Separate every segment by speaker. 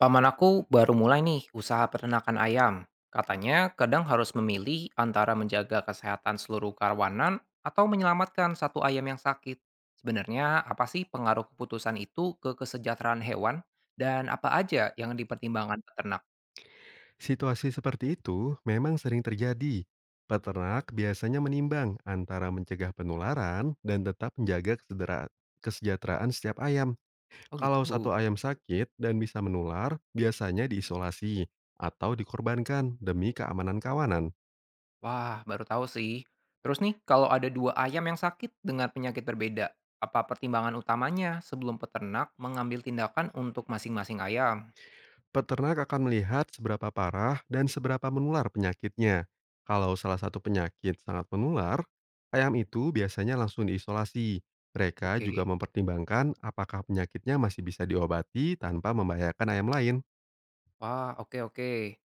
Speaker 1: Paman aku baru mulai nih usaha peternakan ayam. Katanya kadang harus memilih antara menjaga kesehatan seluruh karwanan atau menyelamatkan satu ayam yang sakit. Sebenarnya apa sih pengaruh keputusan itu ke kesejahteraan hewan dan apa aja yang dipertimbangkan peternak?
Speaker 2: Situasi seperti itu memang sering terjadi. Peternak biasanya menimbang antara mencegah penularan dan tetap menjaga kesejahteraan setiap ayam.
Speaker 1: Oh
Speaker 2: Kalau
Speaker 1: gitu.
Speaker 2: satu ayam sakit dan bisa menular, biasanya diisolasi atau dikorbankan demi keamanan kawanan.
Speaker 1: Wah, baru tahu sih. Terus nih, kalau ada dua ayam yang sakit dengan penyakit berbeda, apa pertimbangan utamanya sebelum peternak mengambil tindakan untuk masing-masing ayam?
Speaker 2: Peternak akan melihat seberapa parah dan seberapa menular penyakitnya. Kalau salah satu penyakit sangat menular, ayam itu biasanya langsung diisolasi. Mereka juga
Speaker 1: Oke.
Speaker 2: mempertimbangkan apakah penyakitnya masih bisa diobati tanpa membahayakan ayam lain.
Speaker 1: Wah, oke oke.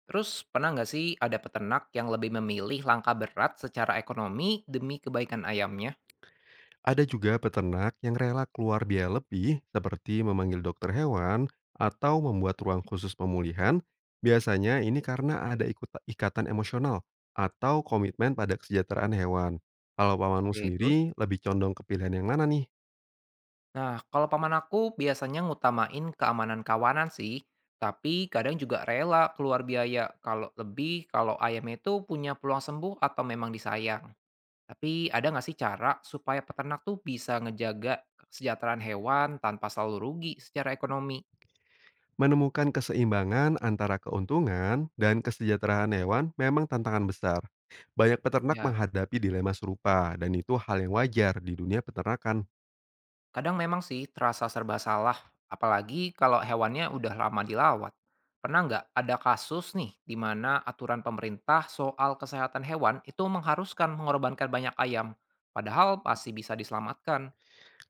Speaker 1: Terus pernah nggak sih ada peternak yang lebih memilih langkah berat secara ekonomi demi kebaikan ayamnya?
Speaker 2: Ada juga peternak yang rela keluar biaya lebih seperti memanggil dokter hewan atau membuat ruang khusus pemulihan. Biasanya ini karena ada ikatan emosional atau komitmen pada kesejahteraan hewan. Kalau pamanmu
Speaker 1: Oke, terus?
Speaker 2: sendiri lebih condong ke pilihan yang mana nih?
Speaker 1: Nah, kalau paman aku biasanya ngutamain keamanan kawanan sih, tapi kadang juga rela keluar biaya kalau ayamnya itu punya peluang sembuh atau memang disayang. Tapi ada nggak sih cara supaya peternak tuh bisa ngejaga kesejahteraan hewan tanpa selalu rugi secara ekonomi?
Speaker 2: Menemukan keseimbangan antara keuntungan dan kesejahteraan hewan memang tantangan besar. Banyak peternak
Speaker 1: Ya.
Speaker 2: menghadapi dilema serupa dan itu hal yang wajar di dunia peternakan.
Speaker 1: Kadang memang sih terasa serba salah, apalagi kalau hewannya udah lama dilawat. Pernah nggak ada kasus nih di mana aturan pemerintah soal kesehatan hewan itu mengharuskan mengorbankan banyak ayam, padahal masih bisa diselamatkan?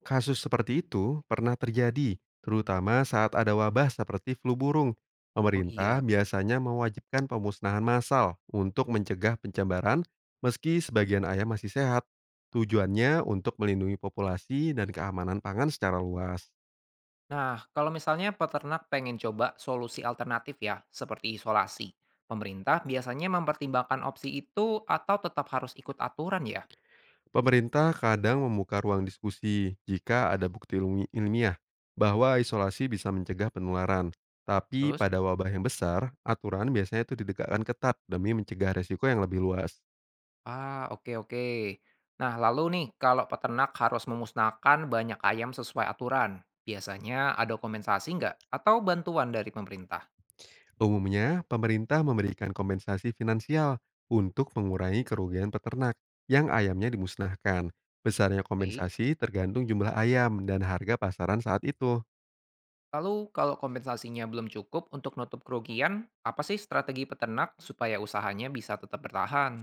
Speaker 2: Kasus seperti itu pernah terjadi, terutama saat ada wabah seperti flu burung.
Speaker 1: Oh iya.
Speaker 2: Pemerintah biasanya mewajibkan pemusnahan massal untuk mencegah pencemaran, meski sebagian ayam masih sehat. Tujuannya untuk melindungi populasi dan keamanan pangan secara luas.
Speaker 1: Nah, kalau misalnya peternak pengen coba solusi alternatif ya, seperti isolasi, pemerintah biasanya mempertimbangkan opsi itu atau tetap harus ikut aturan ya?
Speaker 2: Pemerintah kadang membuka ruang diskusi jika ada bukti ilmiah bahwa isolasi bisa mencegah penularan. Tapi
Speaker 1: Terus?
Speaker 2: pada wabah yang besar, aturan biasanya itu ditegakkan ketat demi mencegah resiko yang lebih luas.
Speaker 1: Ah, oke oke. Nah, lalu nih, kalau peternak harus memusnahkan banyak ayam sesuai aturan, biasanya ada kompensasi nggak? Atau bantuan dari pemerintah?
Speaker 2: Umumnya, pemerintah memberikan kompensasi finansial untuk mengurangi kerugian peternak yang ayamnya dimusnahkan. Besarnya
Speaker 1: Baik.
Speaker 2: kompensasi tergantung jumlah ayam dan harga pasaran saat itu.
Speaker 1: Lalu, kalau kompensasinya belum cukup untuk nutup kerugian, apa sih strategi peternak supaya usahanya bisa tetap bertahan?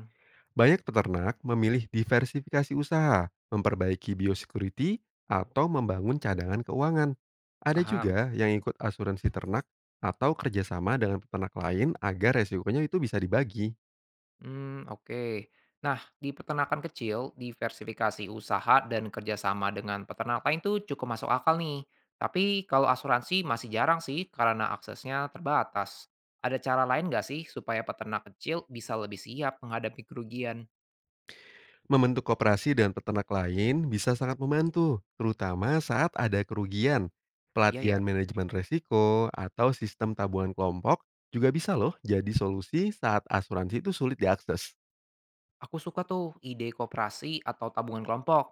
Speaker 2: Banyak peternak memilih diversifikasi usaha, memperbaiki biosecurity, atau membangun cadangan keuangan. Ada
Speaker 1: Paham?
Speaker 2: juga yang ikut asuransi ternak atau kerjasama dengan peternak lain agar resikonya itu bisa dibagi.
Speaker 1: Hmm, oke. Nah, di peternakan kecil, diversifikasi usaha dan kerjasama dengan peternak lain tuh cukup masuk akal nih. Tapi kalau asuransi masih jarang sih karena aksesnya terbatas. Ada cara lain nggak sih supaya peternak kecil bisa lebih siap menghadapi kerugian?
Speaker 2: Membentuk koperasi dengan peternak lain bisa sangat membantu, terutama saat ada kerugian.
Speaker 1: Iya ya.
Speaker 2: Pelatihan manajemen resiko atau sistem tabungan kelompok juga bisa loh jadi solusi saat asuransi itu sulit diakses.
Speaker 1: Aku suka tuh ide koperasi atau tabungan kelompok.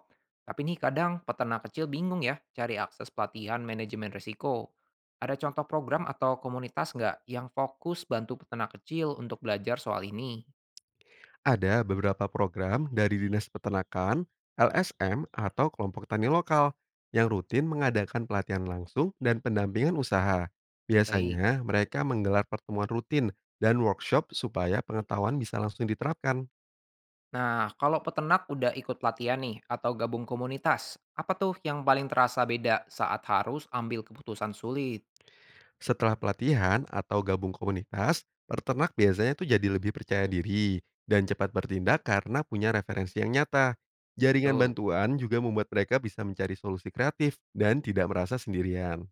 Speaker 1: Tapi nih kadang peternak kecil bingung ya cari akses pelatihan manajemen risiko. Ada contoh program atau komunitas nggak yang fokus bantu peternak kecil untuk belajar soal ini?
Speaker 2: Ada beberapa program dari Dinas Peternakan, LSM atau kelompok tani lokal yang rutin mengadakan pelatihan langsung dan pendampingan usaha.
Speaker 1: Baik.
Speaker 2: Biasanya mereka menggelar pertemuan rutin dan workshop supaya pengetahuan bisa langsung diterapkan.
Speaker 1: Nah, kalau peternak udah ikut pelatihan nih atau gabung komunitas, apa tuh yang paling terasa beda saat harus ambil keputusan sulit?
Speaker 2: Setelah pelatihan atau gabung komunitas, peternak biasanya tuh jadi lebih percaya diri dan cepat bertindak karena punya referensi yang nyata. Jaringan
Speaker 1: Betul.
Speaker 2: bantuan juga membuat mereka bisa mencari solusi kreatif dan tidak merasa sendirian.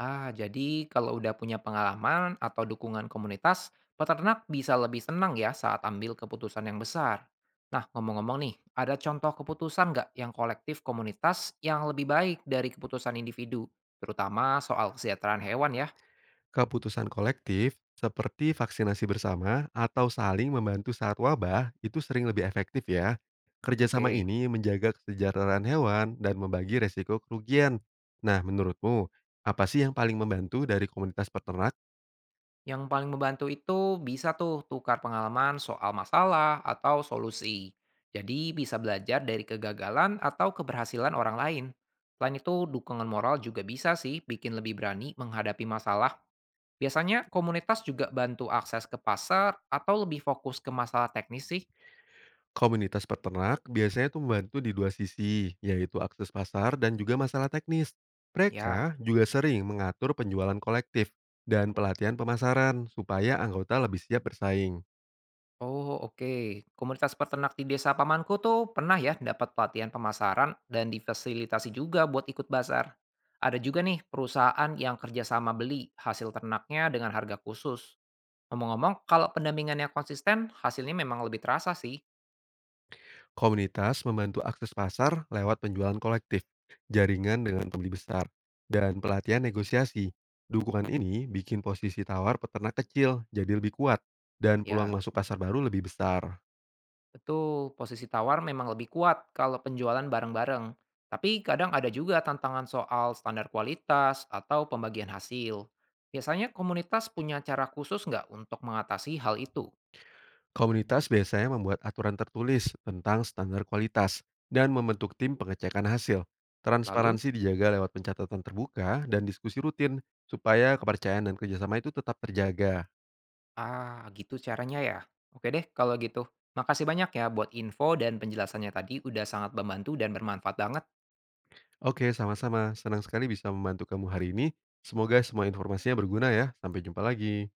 Speaker 1: Ah, jadi kalau udah punya pengalaman atau dukungan komunitas, peternak bisa lebih senang ya saat ambil keputusan yang besar. Nah, ngomong-ngomong nih, ada contoh keputusan nggak yang kolektif komunitas yang lebih baik dari keputusan individu, terutama soal kesejahteraan hewan ya?
Speaker 2: Keputusan kolektif seperti vaksinasi bersama atau saling membantu saat wabah itu sering lebih efektif ya. Kerjasama
Speaker 1: Oke.
Speaker 2: ini menjaga kesejahteraan hewan dan membagi resiko kerugian. Nah, menurutmu, apa sih yang paling membantu dari komunitas peternak?
Speaker 1: Yang paling membantu itu bisa tuh tukar pengalaman soal masalah atau solusi. Jadi bisa belajar dari kegagalan atau keberhasilan orang lain. Selain itu, dukungan moral juga bisa sih bikin lebih berani menghadapi masalah. Biasanya komunitas juga bantu akses ke pasar atau lebih fokus ke masalah teknis sih.
Speaker 2: Komunitas peternak biasanya itu membantu di dua sisi, yaitu akses pasar dan juga masalah teknis.
Speaker 1: Ya.
Speaker 2: Mereka juga sering mengatur penjualan kolektif dan pelatihan pemasaran supaya anggota lebih siap bersaing.
Speaker 1: Oh, oke. Komunitas peternak di desa pamanku tuh pernah ya dapat pelatihan pemasaran dan difasilitasi juga buat ikut bazar. Ada juga nih perusahaan yang kerjasama beli hasil ternaknya dengan harga khusus. Ngomong-ngomong, kalau pendampingannya konsisten, hasilnya memang lebih terasa sih.
Speaker 2: Komunitas membantu akses pasar lewat penjualan kolektif, jaringan dengan pembeli besar, dan pelatihan negosiasi. Dukungan ini bikin posisi tawar peternak kecil jadi lebih kuat dan peluang
Speaker 1: Ya,
Speaker 2: masuk pasar baru lebih besar.
Speaker 1: betul. Posisi tawar memang lebih kuat kalau penjualan bareng-bareng. Tapi kadang ada juga tantangan soal standar kualitas atau pembagian hasil. Biasanya komunitas punya cara khusus nggak untuk mengatasi hal itu?
Speaker 2: Komunitas biasanya membuat aturan tertulis tentang standar kualitas dan membentuk tim pengecekan hasil.
Speaker 1: Lalu?
Speaker 2: Transparansi dijaga lewat pencatatan terbuka dan diskusi rutin supaya kepercayaan dan kerjasama itu tetap terjaga.
Speaker 1: Ah, gitu caranya ya. Oke deh, kalau gitu. Makasih banyak ya buat info dan penjelasannya tadi, udah sangat membantu dan bermanfaat banget.
Speaker 2: Oke, sama-sama. Senang sekali bisa membantu kamu hari ini. Semoga semua informasinya berguna ya. Sampai jumpa lagi.